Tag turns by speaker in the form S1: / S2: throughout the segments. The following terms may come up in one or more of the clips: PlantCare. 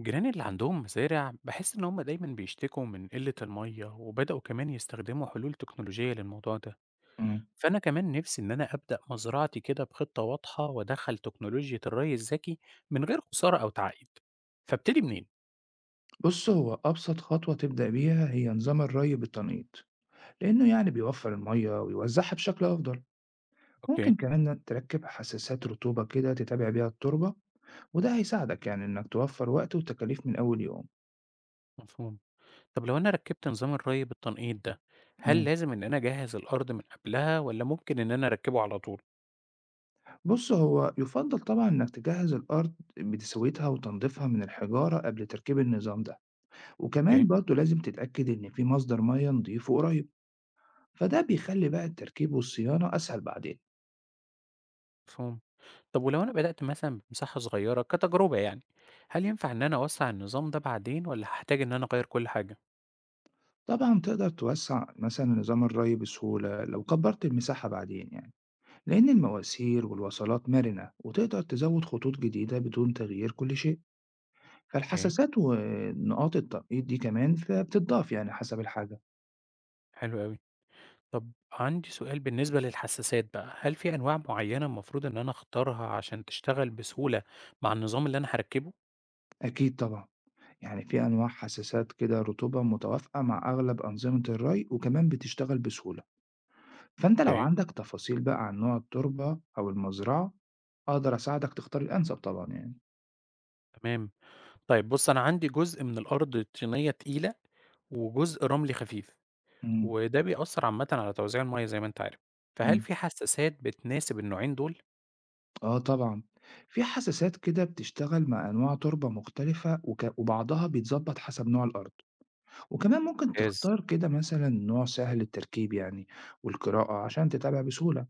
S1: جيراني اللي عندهم مزارع بحس إن هم دايما بيشتكوا من قلة المية وبدأوا كمان يستخدموا حلول تكنولوجية للموضوع ده.
S2: مم.
S1: فأنا كمان نفسي إن أنا أبدأ مزرعتي كده بخطة واضحة وأدخل تكنولوجيا الري الذكي من غير خسارة أو تعقيد. فابتدي منين؟
S2: بص هو أبسط خطوة تبدأ بيها هي نظام الري بالتنقيط، لأنه يعني بيوفر المية ويوزعها بشكل أفضل.
S1: أوكي.
S2: ممكن كمان إنك تركب حساسات رطوبة كده تتابع بيها التربة، وده هيساعدك يعني إنك توفر وقت وتكاليف من أول يوم.
S1: مفهوم. طب لو أنا ركبت نظام الري بالتنقيط ده، هل
S2: مم.
S1: لازم إن أنا أجهز الأرض من قبلها ولا ممكن إن أنا أركبه على طول؟
S2: بص هو يفضل طبعا إنك تجهز الأرض بتسويتها وتنظيفها من الحجارة قبل تركيب النظام ده،
S1: أوكي.
S2: وكمان برضه لازم تتأكد إن في مصدر مية نضيف وقريب. فده بيخلي بقى التركيب والصيانة أسهل بعدين.
S1: مفهوم. طب ولو أنا بدأت مثلًا بمساحة صغيرة كتجربة يعني، هل ينفع إن أنا أوسّع النظام ده بعدين والّا هاحتاج إن أنا أغيّر كل حاجة؟
S2: طبعًا تقدر توسّع مثلًا نظام الري بسهولة لو كبّرت المساحة بعدين يعني، لإن المواسير والوصلات مرنة وتقدر تزوّد خطوط جديدة بدون تغيير كل شيء،
S1: أوكي،
S2: فالحساسات ونقاط التنقيط دي كمان ف بتتضاف يعني حسب الحاجة.
S1: حلو أوي. طب عندي سؤال بالنسبة للحساسات بقى، هل في أنواع معيّنة المفروض إن أنا أختارها عشان تشتغل بسهولة مع النظام اللي أنا هاركّبه؟
S2: أكيد طبعًا، يعني في أنواع حساسات كده رطوبة متوافقة مع أغلب أنظمة الري وكمان بتشتغل بسهولة، فأنت لو
S1: أوكي،
S2: عندك تفاصيل بقى عن نوع التربة أو المزرعة، أقدر أساعدك تختار الأنسب طبعًا يعني.
S1: تمام. طيب بُص، أنا عندي جزء من الأرض طينية تقيلة وجزء رملي خفيف،
S2: إمم،
S1: وده بيأثّر عامةً على توزيع المَيّة زي ما أنت عارف، فهل
S2: إمم.
S1: في حساسات بتناسب النوعين دول؟
S2: آه طبعًا، في حساسات كده بتشتغل مع أنواع تربة مختلفة وبعضها بيتضبط حسب نوع الأرض، وكمان ممكن
S1: ممتاز.
S2: تختار كده مثلًا نوع سهل التركيب يعني والقراءة عشان تتابع بسهولة.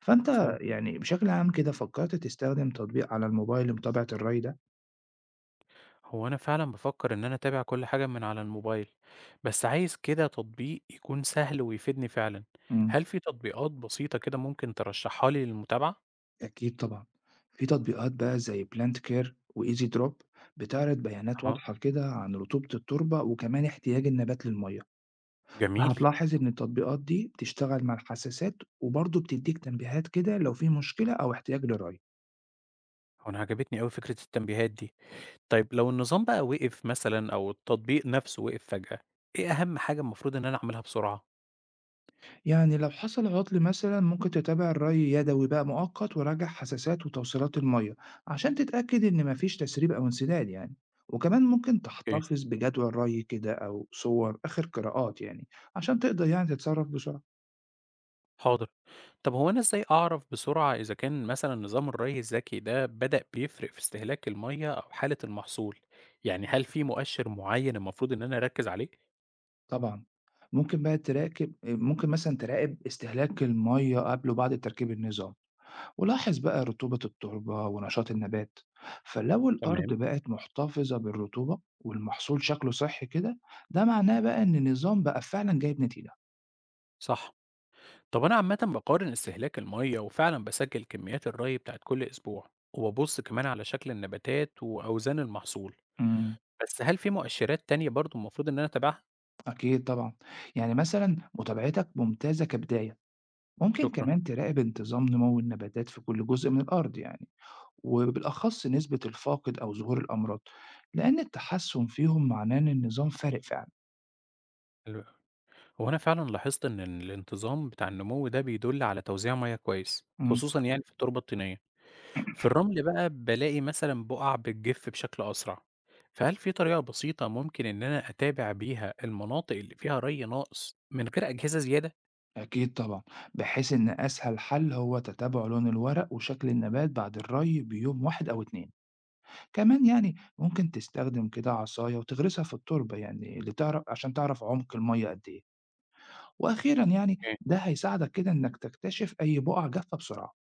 S2: فأنت
S1: مفهوم.
S2: يعني بشكل عام كده فكرت تستخدم تطبيق على الموبايل لمتابعة الري ده؟
S1: هو أنا فعلًا بافكر إن أنا أتابع كل حاجة من على الموبايل، بس عايز كده تطبيق يكون سهل ويفيدني فعلًا،
S2: إمم.
S1: هل في تطبيقات بسيطة كده ممكن ترشحها لي للمتابعة؟
S2: أكيد طبعًا، في تطبيقات بقى زي PlantCare وEasyDrop بتعرض بيانات
S1: أها،
S2: واضحة كده عن رطوبة التربة وكمان احتياج النبات للمَيّة.
S1: جميل.
S2: فهتلاحظ إن التطبيقات دي بتشتغل مع الحساسات، وبرضه بتديك تنبيهات كده لو في مشكلة أو احتياج لرأي.
S1: هو أنا عجبتني أوي فكرة التنبيهات دي، طيب لو النظام بقى وقف مثلًا أو التطبيق نفسه وقف فجأة، إيه أهم حاجة المفروض إن أنا أعملها بسرعة؟
S2: يعني لو حصل عطل مثلا ممكن تتابع الرأي يدوي بقى مؤقت وراجع حساسات وتوصيلات المية عشان تتأكد إن مفيش تسريب أو انسداد يعني. وكمان ممكن
S1: أوكي،
S2: تحتفظ بجدول رأي كده أو صور آخر قراءات يعني عشان تقدر يعني تتصرف بسرعة.
S1: حاضر. طب هو أنا إزاي أعرف بسرعة إذا كان مثلًا نظام الري الذكي ده بدأ بيفرق في استهلاك المَيّة أو حالة المحصول؟ يعني هل في مؤشر معين المفروض إن أنا أركّز عليه؟
S2: طبعا ممكن مثلا تراقب استهلاك المية قبل وبعد تركيب النظام، ولاحظ بقى رطوبة التربة ونشاط النبات. فلو الأرض
S1: تمام،
S2: بقت محتفظة بالرطوبة والمحصول شكله صحي كده، ده معناه بقى إن النظام بقى فعلا جايب نتيجة.
S1: صح. طب أنا عامةً باقارن استهلاك المَيّة وفعلًا باسجّل كميات الري بتاعة كل أسبوع، وبابُص كمان على شكل النباتات وأوزان المحصول،
S2: امم.
S1: بس هل في مؤشرات تانية برضه المفروض إن أنا أتابعها؟
S2: أكيد طبعا، يعني مثلا متابعتك ممتازة كبداية. ممكن
S1: شكرًا.
S2: كمان تراقب انتظام نمو النباتات في كل جزء من الأرض يعني، وبالأخص نسبة الفاقد أو ظهور الأمراض، لأن التحسن فيهم معناه إن النظام فارق فعلا.
S1: حلو أوي. هو أنا فعلًا لاحظت إن الانتظام بتاع النمو ده بيدُل على توزيع مَيّة كويس،
S2: امم.
S1: خصوصًا يعني في التربة الطينية. في الرمل بقى بالاقي مثلا بقع بتجف بشكل أسرع، فهل في طريقة بسيطة ممكن إن أنا أتابع بيها المناطق اللي فيها ري ناقص من غير أجهزة زيادة؟
S2: أكيد طبعًا، بحيث إن أسهل حل هو تتابع لون الورق وشكل النبات بعد الري بيوم واحد أو 2، كمان يعني ممكن تستخدم كده عصاية وتغرسها في التربة يعني عشان تعرف عمق المَيّة قد إيه، وأخيرًا يعني
S1: إيه.
S2: ده هيساعدك كده إنك تكتشف أي بقع جافة بسرعة.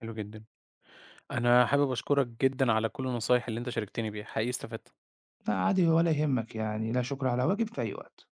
S1: حلو جدا. أنا حابب أشكرك جدا على كل النصايح اللي أنت شاركتني بيها. حقيقي استفدت.
S2: فعادي ولا يهمك يعني، لا شكر على واجب، في أي وقت.